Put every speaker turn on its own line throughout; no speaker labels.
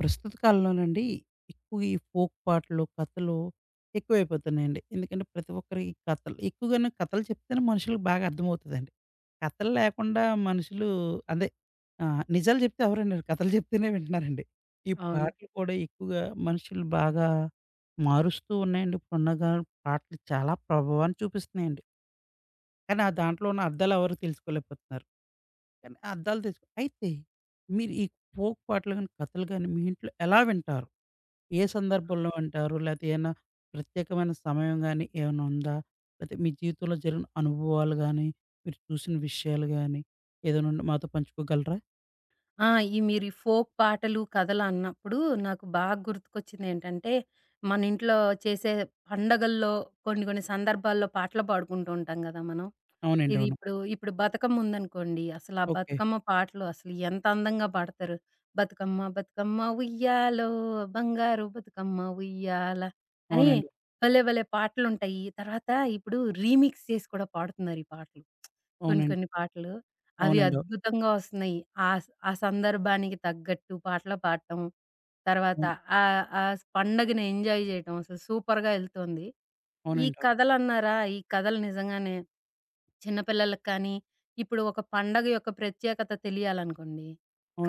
ప్రస్తుత కాలంలోనండి ఎక్కువ ఈ ఫోక్ పాటలు, కథలు ఎక్కువైపోతున్నాయండి. ఎందుకంటే ప్రతి ఒక్కరికి కథలు ఎక్కువగాను కథలు చెప్తేనే మనుషులకు బాగా అర్థమవుతదండి. కథలు లేకుండా మనుషులు అదే నిజాలు చెప్తే ఎవరు వినరు. కథలు చెప్తేనే వింటున్నారండి. ఈ
అవును.
పాటలు కూడా ఎక్కువగా మనుషులు బాగా మారుస్తూ ఉన్నాయండి. ఇప్పుడున్న గా పాటలు చాలా ప్రభావాన్ని చూపిస్తున్నాయండి. కానీ ఆ దాంట్లో ఉన్న అర్థాలు ఎవరు తెలుసుకోలేకపోతున్నారు. కానీ ఆ అర్థాలు తెలుసు అయితే మీరు ఈ ఫోక్ పాటలు గాని, కథలు గాని మీ ఇంట్లో ఎలా వింటారు? ఏ సందర్భంలో అంటారు? లేతే ఏమన్నా ప్రత్యేకమైన సమయం గాని ఏమైనా ఉందా? లేతే మీ జీవితంలో జరిగిన అనుభవాలు గాని, మీరు చూసిన విషయాలు గాని ఏదైనా ఉంటే మాతో పంచుకోగలరా?
ఆ! ఈ మీరు ఈ ఫోక్ పాటలు, కథలన్నప్పుడు నాకు బాగా గుర్తుకొచ్చిందేంటంటే, మన ఇంట్లో చేసే పండగల్లో కొన్ని కొన్ని సందర్భాల్లో పాటలు పాడుకుంటూ ఉంటాం గదా మనం.
అవునండి.
ఇది
అవును.
ఇప్పుడు బతుకమ్మ ఉందనుకోండి, అసలు ఆ
ఓకే.
బతుకమ్మ పాటలు అసలు ఎంత అందంగా పాడతారు. బతుకమ్మ బతుకమ్మ ఉయ్యాలో, బంగారు బతుకమ్మ ఉయ్యాల అని
అవునండి.
భలే భలే పాటలుంటాయి. తర్వాత ఇప్పుడు రీమిక్స్ చేసి కూడా పాడుతున్నారు ఈ పాటలు. కొన్ని
అవునండి.
కొన్ని పాటలు. అవి
అవునండి.
అద్భుతంగా వస్తున్నాయి. ఆ సందర్భానికి తగ్గట్టు పాటలు పాడటం. తర్వాత
అవును.
ఆహ్, ఆ స్ పండగని ఎంజాయ్ చేయటం. అసలు సూపర్‌గా ఎళ్తోంది. ఈ
అవునండి. అవును.
కథలన్నారా! ఈ కథలు నిజంగానే చిన్న పిల్లలకి కానీ, ఇప్పుడు ఒక పండగ యొక్క ప్రత్యేకత తెలియాలనుకోండి.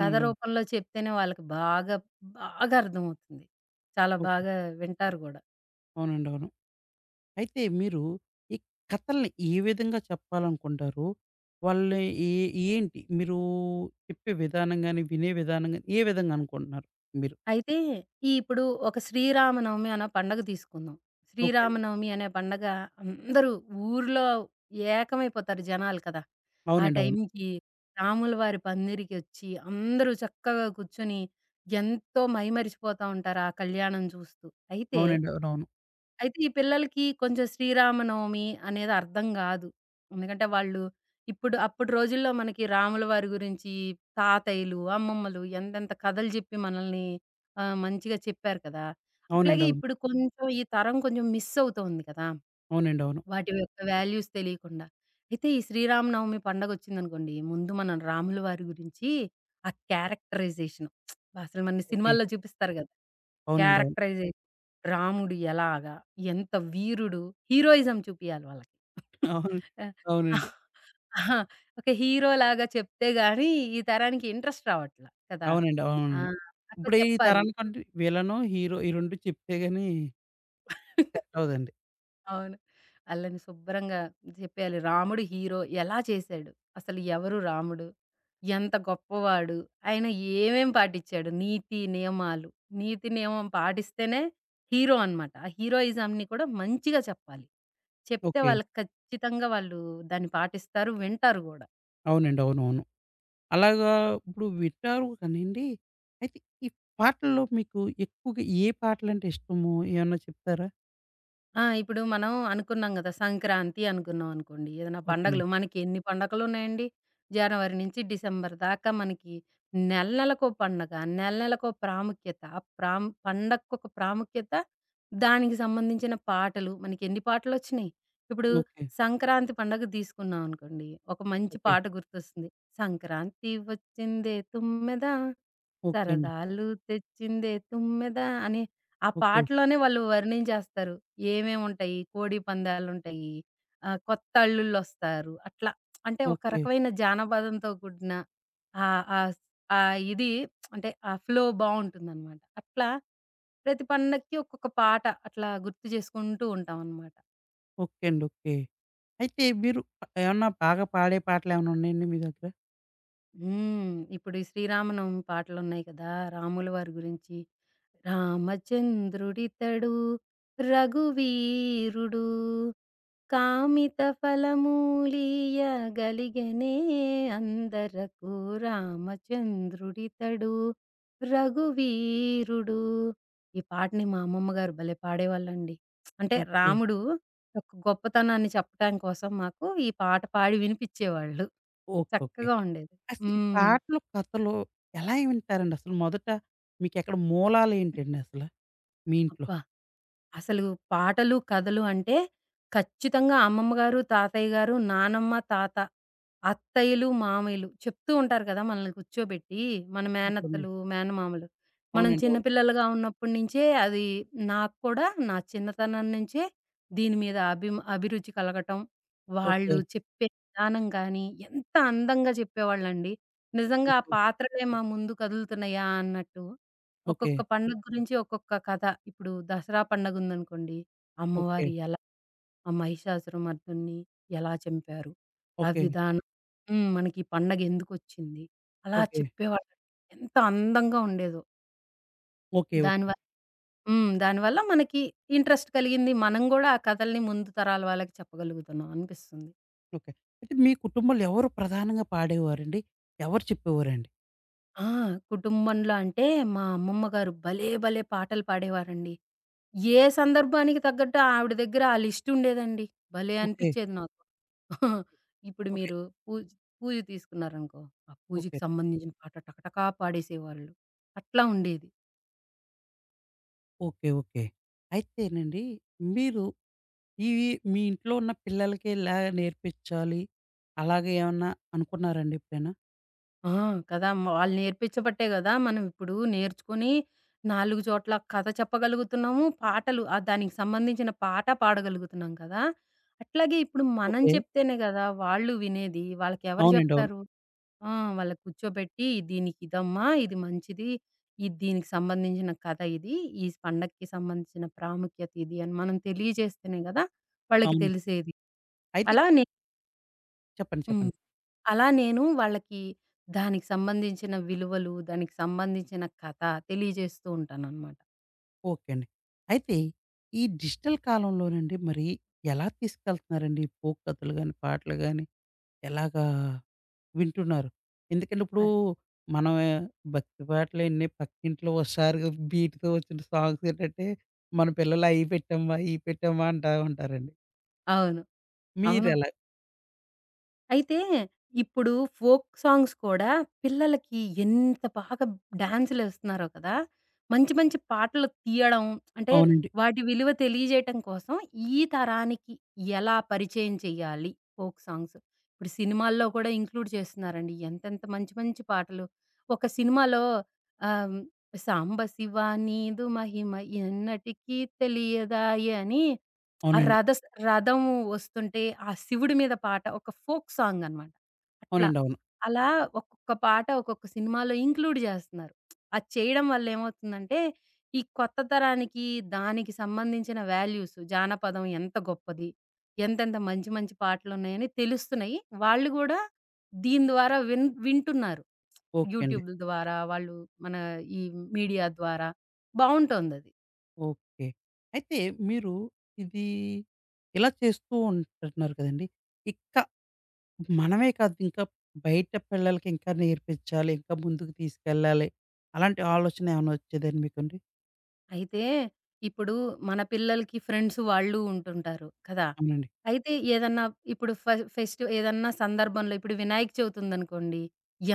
కథ
అవును.
రూపంలో చెప్తేనే వాళ్ళకి బాగా, బాగా అర్థమవుతుంది. చాలా
ఓకే.
బాగా వింటారు గూడా.
అవునండి. అవును. అయితే మీరు ఈ కథల్ని ఏ విధంగా చెప్పాలనుకుంటారు? వాళ్ళని ఏ ఏంటి? మీరు చెప్పే విధానం గాని, వినే విధానం గాని ఏ విధంగా అనుకుంటున్నారు మీరు?
అయితే ఈ ఇప్పుడు ఒక శ్రీరామనవమి అనే పండగ తీసుకుందాం.
ఓకే అండి.
శ్రీరామనవమి అనే పండగ అందరూ ఊర్లో ఏకమైపోతారు జనాలు కదా! ఆ
అవునండి. అవును.
టైంకి రాముల వారి పందిరికొచ్చి అందరూ చక్కగా కూర్చొని ఎంతో మైమరిచిపోతా ఉంటారు ఆ కళ్యాణం చూస్తూ. అయితే
అవునండి. అవునవును.
అయితే ఈ పిల్లలకి కొంచెం శ్రీరామనవమి అనేది అర్థం గాదు. ఎందుకంటే వాళ్ళు ఇప్పుడు అప్పుడు రోజుల్లో మనకి రాముల వారి గురించి తాతయ్యలు, అమ్మమ్మలు ఎంతెంత కథలు జెప్పి మనల్ని మంచిగా చెప్పారు కదా! అట్లాగే
అవునండి. అవును.
ఇప్పుడు కొంచెం ఈ తరం కొంచెం మిస్ అవుతోంది కదా!
అవునండి. అవును.
వాటి యొక్క వాల్యూస్ తెలియకుండా. అయితే ఈ శ్రీరామనవమి పండగొచ్చిందనుకోండి, ముందు మనం రాముల వారి గురించి ఆ క్యారెక్టరైజేషన్ అసలు మన
ఓకే.
సినిమాల్లో చూపిస్తారు గదా!
అవునండి. అవును.
క్యారెక్టరైజేషన్ రాముడు ఎలాగా, ఎంత వీరుడు, హీరోయిజం చూపియాలి వాళ్ళకి.
అవును.
ఆహ్,
అవునండి.
అహా! ఒక హీరోలాగా చెప్తే గాని, ఈ తరానికి ఇంట్రెస్ట్ రావట్ల కదా!
అవునండి.
ఆ!
అవునండి.
అట్లా
ఇప్పుడు ఈ
చెప్పాలి.
తరానికంటే విలను, హీరో ఈ 2 చెప్తే గాని సెట్ అవ్వదండి.
అవును. ఆళ్ళని శుభ్రంగా చెప్పేయాలి. రాముడు హీరో ఎలా చేశాడు? అసలు ఎవరు రాముడు? ఎంత గొప్పవాడు? ఆయన ఏమేం పాటిచ్చాడు? నీతి, నియమాలు. నీతి, నియమం పాటిస్తేనే హీరో అనమాట. ఆ హీరోయిజంని కూడా మంచిగా చెప్పాలి. చెప్తే
ఓకే.
వాళ్ళకి ఖచ్చితంగా వాళ్ళు దాన్ని పాటిస్తారు. వింటారు గూడా.
అవునండి. అవునవును. అలాగా ఇప్పుడు వింటారు కానండి. అయితే ఈ పాటల్లో మీకు ఎక్కువగా ఏ పాటలంటే ఇష్టము? ఏమన్నా చెప్తారా?
ఆ! ఇప్పుడు మనం అనుకున్నాం గదా! సంక్రాంతి అనుకున్నాం అనుకోండి. ఏదైనా
ఓకే అండి.
పండగలు మనకి ఎన్ని పండగలున్నాయండి? జనవరి నుంచి డిసెంబర్ దాకా మనకి నెల నెలకో పండగ, నెల నెలకో ప్రాముఖ్యత, ఆ ప్రాం పండక్కొక ప్రాముఖ్యత, దానికి సంబంధించిన పాటలు. మనకెన్ని పాటలొచ్చినియి? ఇప్పుడు
ఓకే.
సంక్రాంతి పండగ తీసుకున్నాం అనుకోండి. ఒక మంచి
ఓకే.
పాట గుర్తొస్తుంది. సంక్రాంతి వచ్చిందే తుమ్మెద,
ఓకే అండి.
సరదాలు తెచ్చిందే తుమ్మెద అని ఆ
ఓకే.
పాటలోనే వాళ్ళు వర్ణించేస్తారు. ఏమేముంటాయి, కోడి పందాలుంటాయి, కొత్త అల్లుళ్ళొస్తారు. అట్లా అంటే ఒక
ఓకే.
రకమైన జానపదంతో కూడిన ఆహ్, ఆహ్, స్ ఆహ్, ఇది అంటే ఆ ఫ్లో బావుంటుందనమాట. అట్లా ప్రతి పండక్కి ఒక్కొక్క పాట అట్లా గుర్తు చేసుకుంటూ ఉంటామనమాట.
ఓకే అండి. ఓకే. అయితే మీరు ఏమన్నా బాగా పాడే పాటలేమన్నా ఉన్నాయండి మీ దగ్గర?
ఇప్పుడు ఈ శ్రీరామనవమి పాటలున్నాయి కదా! రాముల వారి గురించి. రామచంద్రుడితడు రఘువీరుడు, కామిత ఫలమూలియ గలిగనే అందరకు, రామచంద్రుడితడు రఘువీరుడు. ఈ పాటని మా అమ్మమ్మ గారు భలే పాడేవాళ్ళండి. అంటే
ఓకే.
రాముడు యొక్క గొప్పతనాన్ని చెప్పటం కోసం మాకు ఈ పాట పాడి వినిపిచ్చేవాళ్ళు.
ఓకే. ఓకే.
చక్కగా ఉండేది.
అసలు ఈ
హ్మ్.
పాటలు, కథలు ఎలా వింటారండి అసలు? మొదట మీకెక్కడ మూలాలేంటండి అసలు మీ ఇంట్లో?
అబ్బా! అసలు పాటలు, కథలు అంటే ఖచ్చితంగా అమ్మమ్మ గారు, తాతయ్య గారు, నానమ్మ, తాత, అత్తయ్యలు, మామయ్యలు చెప్తూ ఉంటారు కదా! మనల్ని కూర్చోబెట్టి, మన
ఉంటుంది.
మేనత్తలు, మేనమామలు. మనం
అవునండి. అవును.
చిన్నపిల్లలుగా ఉన్నప్పటి నుంచే అది నాకు కూడా నా చిన్నతనం నుంచే దీని మీద అభిరుచి కలగటం.
ఓకే.
వాళ్ళు చెప్పే విధానం గానీ, ఎంత అందంగా చెప్పేవాళ్ళండి. నిజంగా ఆ
ఓకే.
పాత్రలే మా ముందు కదులుతున్నాయా అన్నట్టు.
ఓకే.
ఒక్కొక్క పండుగ గురించి ఒక్కొక్క కథ. ఇప్పుడు దసరా పండగుందనుకోండి.
ఓకే.
అమ్మవారు ఎలా ఆ మహిషాసురమర్దున్ని ఎలా చంపారు? ఆ
ఓకే.
విధానం మనకి ఈ పండగ ఎందుకొచ్చింది? అలా
ఓకే.
చెప్పేవాళ్ళు. ఎంత అందంగా ఉండేదో.
ఓకే. ఓకే.
దానివల్ల దానివల్ల మనకి ఇంట్రెస్ట్ కలిగింది. మనం గూడా ఆ కథల్ని ముందు తరాల వాళ్ళకి చెప్పగలుగుతున్నాం అనిపిస్తుంది.
ఓకే. అయితే మీ కుటుంబంలో ఎవరు ప్రధానంగా పాడేవారండి? ఎవరు చెప్పేవారండి?
ఆ! కుటుంబంలో అంటే మా అమ్మమ్మ గారు భలే భలే పాటలు పాడేవారండి. ఏ సందర్భానికి తగ్గట్టు ఆవిడ దగ్గర ఆ లిస్ట్ ఉండేదండి. భలే
ఓకే.
అనిపిచ్చేది నాకు. ఇప్పుడు
ఓకే.
మీరు పూజ్ పూజ తీసుకున్నారనుకో, ఆ పూజకి
ఓకే.
సంబంధించిన పాట టకటకా పాడేసేవాళ్ళు. అట్లా ఉండేది.
ఓకే. ఓకే. అయితేనండి మీరు ఇవి మీ ఇంట్లో ఉన్న పిల్లలకి ఇలా నేర్పించాలి అలాగే ఏమన్నా అనుకున్నారండి ఎప్పుడైనా?
ఆ! కదా! వాళ్ళు నేర్పించబట్టే గదా! మనం ఇప్పుడు నేర్చుకొని, 4 చోట్ల కథ చెప్పగలుగుతున్నాము. పాటలు దానికి సంబంధించిన పాట పాడగలుగుతున్నాం కదా! అట్లాగే ఇప్పుడు మనం
ఓకే.
చెప్తేనే గదా! వాళ్ళు వినేది. వాళ్ళకెవరు
అవునండి. అవును.
చెప్తారు? ఆ! వాళ్ళని కూర్చోబెట్టి దీనికి ఇదమ్మా, ఇది మంచిది. ఇది దీనికి సంబంధించిన కథ ఇది. ఈ పండగకి సంబంధించిన ప్రాముఖ్యత ఇది అని మనం తెలియజేస్తేనే గదా! వాళ్ళకి
అవును.
తెలిసేది.
అయితే
అలా నే
చెప్పండి.
హ్మ్.
చెప్పండి.
అలా నేను వాళ్ళకి దానికి సంబంధించిన విలువలు, దానికి సంబంధించిన కథ తెలియజేస్తూ ఉంటాననమాట.
ఓకే అండి. అయితే ఈ డిజిటల్ కాలంలోనండి మరి ఎలా తీసుకెళ్తున్నారండి? ఫోక్ కథలు గాని, పాటలు గాని ఎలాగా వింటున్నారు? ఎందుకంటే
అ
ఇప్పుడు మనం భక్తి పాటలు ఎన్ని పక్కింట్లో ఒకసారిగా బీట్‌తో వచ్చిన సాంగ్స్ ఏంటంటే, మన పిల్లలు అయి పెట్టమ్మా, ఇయి పెట్టమ్మా అంటా ఉంటారండి.
అవును. అవును.
మీరెలా
అయితే, ఇప్పుడు ఫోక్ సాంగ్స్ కూడా పిల్లలకి ఎంత బాగా డాన్సులేస్తున్నారో కదా! మంచి మంచి పాటలు తీయడం, అంటే
అవునండి.
వాటి విలువ తెలియజేయటం కోసం ఈ తరానికి ఎలా పరిచయం చేయాలి ఫోక్ సాంగ్స్? ఇప్పుడు సినిమాల్లో కూడా ఇంక్లూడ్ చేస్తున్నారండి. ఎంతెంత మంచి మంచి పాటలు. ఒక సినిమాలో ఆహ్, 'సాంబశివ నీదు మహిమ ఎన్నటికీ తెలియదాయె' అని ఆ
అవునండి.
రథస్ రథం వస్తుంటే, ఆ శివుడి మీద పాట ఒక ఫోక్ సాంగ్ అనమాట. అట్లా.
అవునండి. అవును.
అలా ఒక్కొక్క పాట ఒక్కొక్క సినిమాలో ఇంక్లూడ్ జేస్తున్నారు. అది చేయడం వల్ల ఏమవుతుందంటే, ఈ కొత్త తరానికి దానికి సంబంధించిన వాల్యూస్ జానపదం ఎంత గొప్పది, ఎంతెంత మంచి మంచి పాటలున్నాయని తెలుస్తున్నాయి. వాళ్ళు గూడా దీని ద్వారా వింటున్నారు.
ఓకే అండి.
యూట్యూబ్ ద్వారా, వాళ్ళు మన ఈ మీడియా ద్వారా బావుంటోందది.
ఓకే. అయితే మీరు ఇది ఇలా చేస్తూ ఉంటున్నారు కదండీ! ఇక్క మనమే కాదు ఇంకా బయట పిల్లలకి ఇంకా నేర్పించాలి. ఇంకా ముందుకు తీసుకెళ్ళాలి. అలాంటి ఆలోచన ఏమైనా వచ్చేదండి మీకండి?
అయితే ఇప్పుడు మన పిల్లలకి ఫ్రెండ్స్ వాళ్ళు ఉంటుంటారు కదా!
అవునండి.
అయితే ఏదన్నా ఇప్పుడు ఫ ఫెస్ట్ ఏదన్నా సందర్భంలో ఇప్పుడు వినాయక చవితి ఉందనుకోండి.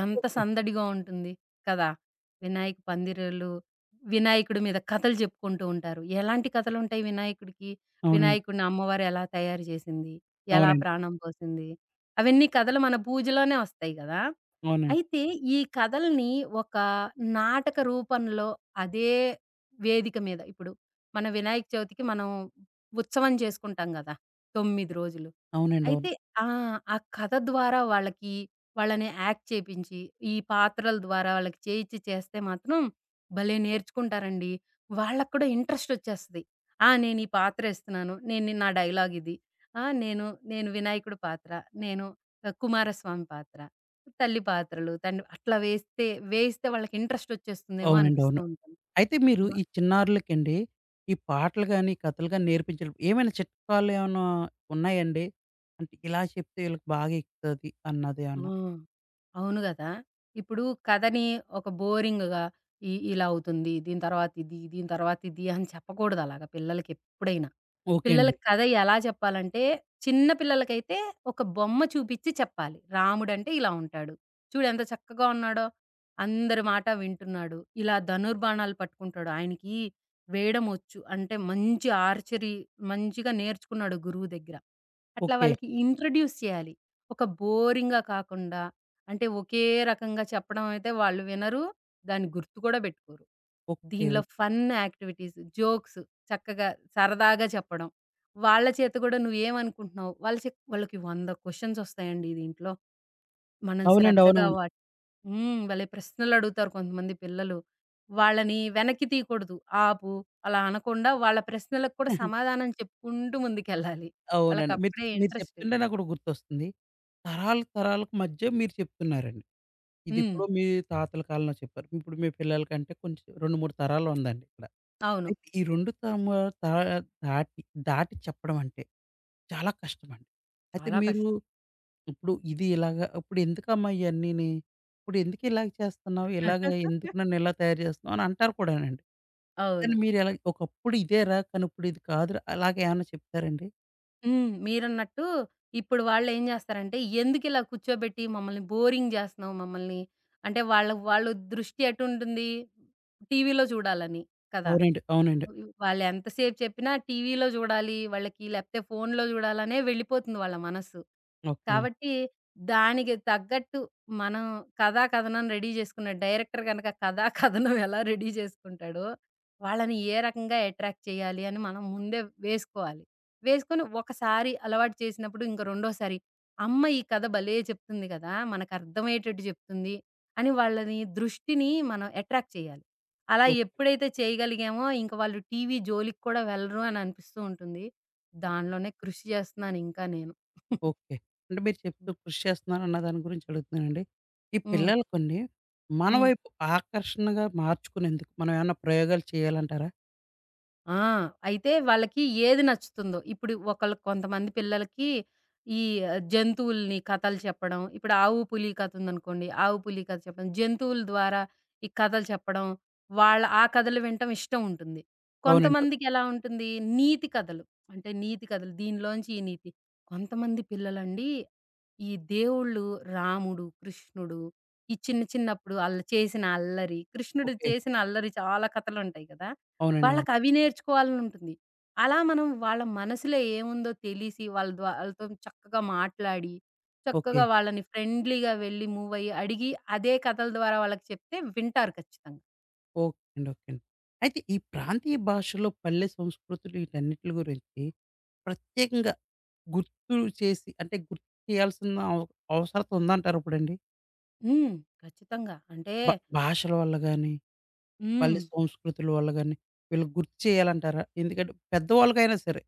ఎంత
ఓకే.
సందడిగా ఉంటుంది కదా! వినాయక పందిరలు, వినాయకుడి మీద కథలు చెప్పుకుంటూ ఉంటారు. ఎలాంటి కథలుంటాయి వినాయకుడికి?
అవునండి.
వినాయకుడిని అమ్మవారు ఎలా తయారు చేసింది? ఎలా
అవునండి.
ప్రాణం పోసింది? అవన్నీ కథలు మన పూజలోనే వస్తాయి గదా!
అవునండి.
అయితే ఈ కథల్ని ఒక నాటక రూపంలో అదే వేదిక మీద. ఇప్పుడు మన వినాయక చవితికి మనం ఉత్సవం చేసుకుంటాం గదా! 9 రోజులు.
అవునండి. అవును.
అయితే ఆ! ఆ కథ ద్వారా వాళ్ళకి వాళ్ళని యాక్ట్ చేపించి, ఈ పాత్రల ద్వారా వాళ్ళకి చేయిచ్చి చేస్తే మాత్రం భలే నేర్చుకుంటారండి. వాళ్ళకి కూడా ఇంట్రెస్టొచ్చేస్తది. ఆ! నేను ఈ పాత్రేస్తున్నాను. నేను నా డైలాగ్ ఇది. ఆ! నేను నేను వినాయకుడి పాత్ర. నేను కుమారస్వామి పాత్ర. తల్లి పాత్రలు, తండ్రి అట్లా వేస్తే వేయిస్తే వాళ్ళకి ఇంట్రెస్టొచ్చేస్తుందేమో
అవునండి.
అనిపిస్తూ
అవును.
ఉంటుంది.
అయితే మీరు
బ
ఈ చిన్నారులకండి ఈ పాటలు గాని, కథలు గాని నేర్పించడం ఏమైనా చిట్కాలు ఏమైనా ఉన్నాయండి? అంటే ఇలా చెప్తే వీళ్ళకి బాగా ఎక్కుతది
ఆ!
అన్నదేమన్నా?
అవును గదా! ఇప్పుడు కథని ఒక బోరింగ్‌గా ఇలా అవుతుంది. దీని తర్వాత ఇది, దీని తర్వాత ఇది అని చెప్పకూడదు అలాగా పిల్లలకెప్పుడైనా.
ఓకే అండి.
పిల్లలకి కథ ఎలా చెప్పాలంటే, చిన్న పిల్లలకైతే ఒక బొమ్మ చూపిచ్చి చెప్పాలి. రాముడంటే ఇలా ఉంటాడు. చూడు ఎంత చక్కగా ఉన్నాడో! అందరి మాట వింటున్నాడు. ఇలా ధనుర్బాణాలు పట్టుకుంటాడు. ఆయనకి వేయడమొచ్చు. అంటే మంచి ఆర్చరీ మంచిగా నేర్చుకున్నాడు గురువు దగ్గర. అట్లా
ఓకే.
వాళ్ళకి ఇంట్రొడ్యూస్ చేయాలి. ఒక బోరింగ్‌గా కాకుండా, అంటే ఒకే రకంగా చెప్పడం అయితే వాళ్ళు వినరు. దాన్ని గుర్తు కూడా పెట్టుకోరు.
ఓకే. ఓకే.
దీనిలో ఫన్ యాక్టివిటీస్, జోక్స్ చక్కగా సరదాగా చెప్పడం. వాళ్ళ చేత కూడా నువ్వేమనుకుంటున్నావు? వాళ్ళకి 100 క్వెషన్స్ వస్తాయండి దీంట్లో. మనం
అవునండి.
శ్రద్ధగా
అవునవును.
వాట్ భలే ప్రశ్నలు అడుగుతారు కొంతమంది పిల్లలు. వాళ్ళని వెనక్కి తీయకూడదు. ఆపు, అలా అనకుండా వాళ్ళ ప్రశ్నలకు కూడా సమాధానం చెప్పుకుంటూ ముందుకెళ్ళాలి.
అవునండి. మీరు
వాళ్ళకప్పుడే
మీరు
ఇంట్రెస్ట్.
చెప్తుంటే నాకొకటి గుర్తొస్తుంది. తరాలు తరాలకు మధ్య మీరు చెప్తున్నారండి.
హ్మ్.
ఇదెప్పుడో మీ తాతల కాలంలో చెప్పారు. ఇప్పుడు మీ పిల్లలకంటే కొంచెం 2, 3 తరాలు ఉందండి ఇక్కడ.
అవును.
అయితే ఈ 2 తరము తా దాటి దాటి చెప్పడం అంటే చాలా కష్టమండి. అయితే
చాలా
మీరు
కష్టం.
ఇప్పుడు ఇది ఇలాగా ఇప్పుడు ఎందుకమ్మా ఇయన్నీని? ఇప్పుడు ఎందుకు ఇలాగ చేస్తున్నావు? ఇలాగ ఎందుకు నన్ను ఇలా తయారు చేస్తున్నావు అని అంటారు కూడానండి.
అవును.
కానీ మీరెలా ఒకప్పుడు ఇదేరా కానీ ఇప్పుడు ఇది కాదురా అలాగ ఏమన్నా చెప్తారండి?
మీరన్నట్టు ఇప్పుడు వాళ్ళేం జేస్తారంటే, ఎందుకిలా కూర్చోబెట్టి మమ్మల్ని బోరింగ్ జేస్తున్నావు మమ్మల్ని. అంటే వాళ్ళు దృష్టి ఎటుంటుంది? టీవీలో చూడాలని కదా!
అవునండి. అవునండి.
వాళ్ళెంత సేపు చెప్పినా టీవీలో చూడాలి వాళ్ళకి, లేకపోతే ఫోనులో చూడాలనే వెళ్ళిపోతుంది వాళ్ళ మనస్సు.
ఓకే అండి.
కాబట్టి దానికి తగ్గట్టు మనం కథా, కథనం రెడీ చేసుకున్న డైరెక్టర్ గనక కథా, కథనం ఎలా రెడీ చేసుకుంటాడో, వాళ్ళని ఏ రకంగా అట్రాక్ట్ చేయాలి అని మనం ముందే వేసుకోవాలి. వేసుకొని ఒకసారి అలవాటు చేసినప్పుడు ఇంక రెండోసారి, అమ్మ ఈ కథ భలే చెప్తుంది కదా! మనకర్థమయ్యేటట్టు చెప్తుంది అని వాళ్ళని దృష్టిని మనం అట్రాక్ట్ చేయాలి. అలా
ఓకే.
ఎప్పుడైతే చేయగలిగామో, ఇంక వాళ్ళు టీవీ జోలికి కూడా వెళ్ళరు అని అనిపిస్తూ ఉంటుంది. దానిలోనే కృషి చేస్తున్నాను ఇంకా నేను.
ఓకే. అంటే మీరు చెప్తూ కృషి చేస్తున్నారన్న దాని గురించి అడుగుతున్నానండి. ఈ
హ్మ్.
పిల్లలకండి మన
హ్మ్.
వైపు ఆకర్షణగా మార్చుకునేందుకు మనం ఏమన్నా ప్రయోగాలు చేయాలంటారా?
ఆ! అయితే వాళ్ళకి ఏది నచ్చుతుందో, ఇప్పుడు ఒకళ్ళకి కొంతమంది పిల్లలకి ఈ జంతువుల్ని కథలు చెప్పడం, ఇప్పుడు ఆవు, పులి కథ ఉందనుకోండి. ఆవు, పులి కథ చెప్పడం, జంతువుల ద్వారా ఈ కథలు చెప్పడం, వాళ్ళ ఆ కథలు వినటం ఇష్టం ఉంటుంది.
అవునండి.
కొంతమందికెలా ఉంటుంది, నీతి కథలు. అంటే నీతి కథలు, దీనిలోంచి ఈ నీతి. కొంతమంది పిల్లలండి ఈ దేవుళ్ళు రాముడు, కృష్ణుడు ఈ చిన్నప్పుడు ఆళ్ళు చేసిన అల్లరి, కృష్ణుడు
ఓకే.
చేసిన అల్లరి చాలా కథలుంటాయి కదా!
అవునండి. అవును.
వాళ్ళకవి నేర్చుకోవాలనుంటుంది. అలా మనం వాళ్ళ మనసులో ఏముందో తెలిసి వాళ్ళ ద్వా ఆళ్ళతోని చక్కగా మాట్లాడి,
ఓకే.
చక్కగా వాళ్ళని ఫ్రెండ్లీగా వెళ్లి మూవయ్యి అడిగి, అదే కథల ద్వారా వాళ్ళకి చెప్తే వింటారు ఖచ్చితంగా.
ఓకే అండి. ఓకే అండి. అయితే ఈ ప్రాంతీయ భాషలో పల్లె సంస్కృతులు వీటన్నిట్లి గురించి ప్రత్యేకంగా గుర్తు చేసి అంటే గుర్తు చేయాల్సిన అవ అవసరత ఉందంటారా ఇప్పుడండి?
హ్మ్. ఖచ్చితంగా. అంటే
భా భాషల వల్ల గాని
హ్మ్.
పల్లె సంస్కృతుల వల్ల గాని, వీళ్ళకి గుర్తు చేయాలంటారా? ఎందుకంటే పెద్దవాళ్ళకైనా సరే.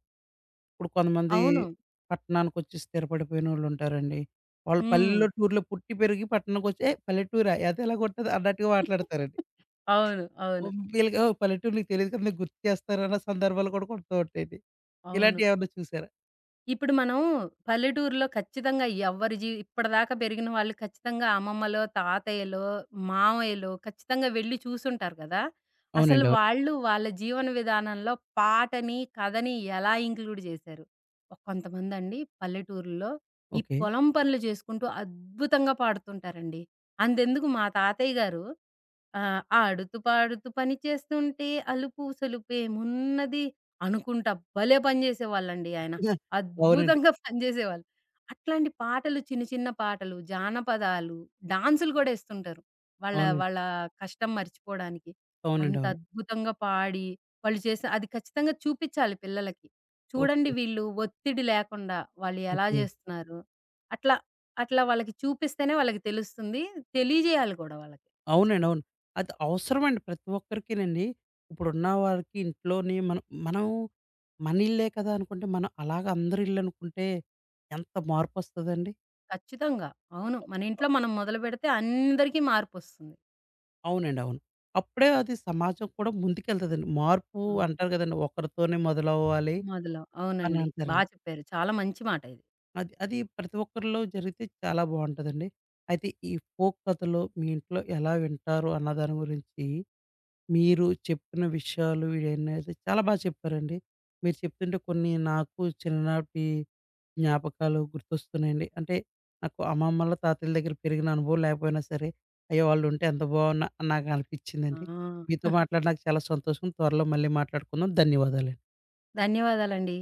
ఇప్పుడు కొంతమంది
అవును.
పట్టణానికొచ్చి స్థిరపడిపోయినోళ్ళుంటారండి. వాళ్ళు ఉంటారండి. వాళ్ళు
హ్మ్.
పల్లెల్లో టూర్‌లో పుట్టి పెరిగి పట్టణానికొచ్చి "ఏయ్! పల్లెటూరా? అదెలాగుంటది?" అన్నట్టుగా మాట్లాడతారండి.
అవును.
ఓ,
అవును.
వీళ్ళకి "ఓహ్! పల్లెటూరు నీకు తెలీదు కదా! నీకు గుర్తు చేస్తారు" అన్న సందర్భాలు కూడా ఉంటూ ఉంటాయండి.
అవును.
ఇలాంటియేమన్నా చూసారా?
ఇప్పుడు మనం పల్లెటూరులో ఖచ్చితంగా ఎవ్వరి జీ ఇప్పటిదాకా పెరిగిన వాళ్ళు ఖచ్చితంగా అమ్మమ్మలో, తాతయ్యలో, మామయ్యలో ఖచ్చితంగా వెళ్ళి చూసుంటారు కదా! అసలు
అవునండి. అవును.
వాళ్ళు వాళ్ళ జీవన విధానంలో పాటని, కథని ఎలా ఇంక్లూడ్ చేశారు? కొంతమందండి పల్లెటూరుల్లో ఈ
ఓకే.
పొలం పనులు చేసుకుంటూ అద్భుతంగా పాడుతుంటారండి. అంతెందుకు మా తాతయ్య గారు "ఆడుతూ పాడుతూ పని చేస్తుంటే అలుపు సొలుపేమున్నది" అనుకుంటా భలే పని చేసేవాళ్ళండి ఆయన.
ఆ! అవునండి.
అద్భుతంగా పనిచేసేవాళ్ళు. అట్లాంటి పాటలు చిన్న చిన్న పాటలు, జానపదాలు, డాన్సులు కూడా ఎస్తుంటారు. వాళ్ళ
అవునండి.
వాళ్ళ కష్టం మర్చిపోడానికి.
అవునండి.
అంత
అవును.
అద్భుతంగా పాడి వాళ్ళు చేసే అది ఖచ్చితంగా చూపిచ్చాలి పిల్లలకి. చూడండి
ఓకే.
వీళ్ళు ఒత్తిడి లేకుండా వాళ్ళు ఎలా
ఓకే.
జేస్తున్నారు. అట్లా అట్లా వాళ్ళకి చూపిస్తేనే వాళ్ళకి తెలుస్తుంది. తెలియజేయాలి గూడా వాళ్ళకి
అవునండి.
ఖచ్చితంగా.
అవును. అది అవసరమండి ప్రతి ఒక్కరికినండి. ఇప్పుడున్న వాళ్ళకి ఇంట్లోని మనం మనం మన ఇల్లే కదా అనుకుంటే, మనం అలాగ అందరి ఇల్లు అనుకుంటే ఎంత మార్పొస్తదండి?
ఖచ్చితంగా. అవును. మన ఇంట్లో మనం మొదలుపెడితే అందరికీ మార్పొస్తుంది.
అవునండి. అవును. అప్పుడే అది సమాజం కూడా ముందుకెళ్తదండి. మార్పు
అవును.
అంటారు కదండీ! ఒకరితోనే మొదలవ్వాలి
మొదలవు.
అని
అవునండి. బా
అంటారండి.
చెప్పారు. చాలా మంచి మాట ఇది.
అది అది ప్రతి ఒక్కరిలో జరిగితే చాలా బావుంటదండి. అయితే ఈ ఫోక్ కథలు మీ ఇంట్లో ఎలా వింటారు అన్న దాని గురించి మీరు చెప్పిన విషయాలు ఇయన్నైతే చాలా బా చెప్పారండి. మీరు చెప్తుంటే కొన్ని నాకు చిన్ననాటి జ్ఞాపకాలు గుర్తొస్తున్నాయండి. అంటే నాకు అమ్మమ్మల, తాతయ్యల దగ్గర పెరిగిన అనుభవం లేకపోయినా సరే, అయ్యో! వాళ్ళుంటే ఎంత బావున్నా అని
ఆ!
నాకనిపిచ్చిందండి. మీతో మాట్లాడి నాకు చాలా సంతోషం. త్వరలో మళ్ళీ మాట్లాడుకుందాం. ధన్యవాదాలండి.
ధన్యవాదాలండి.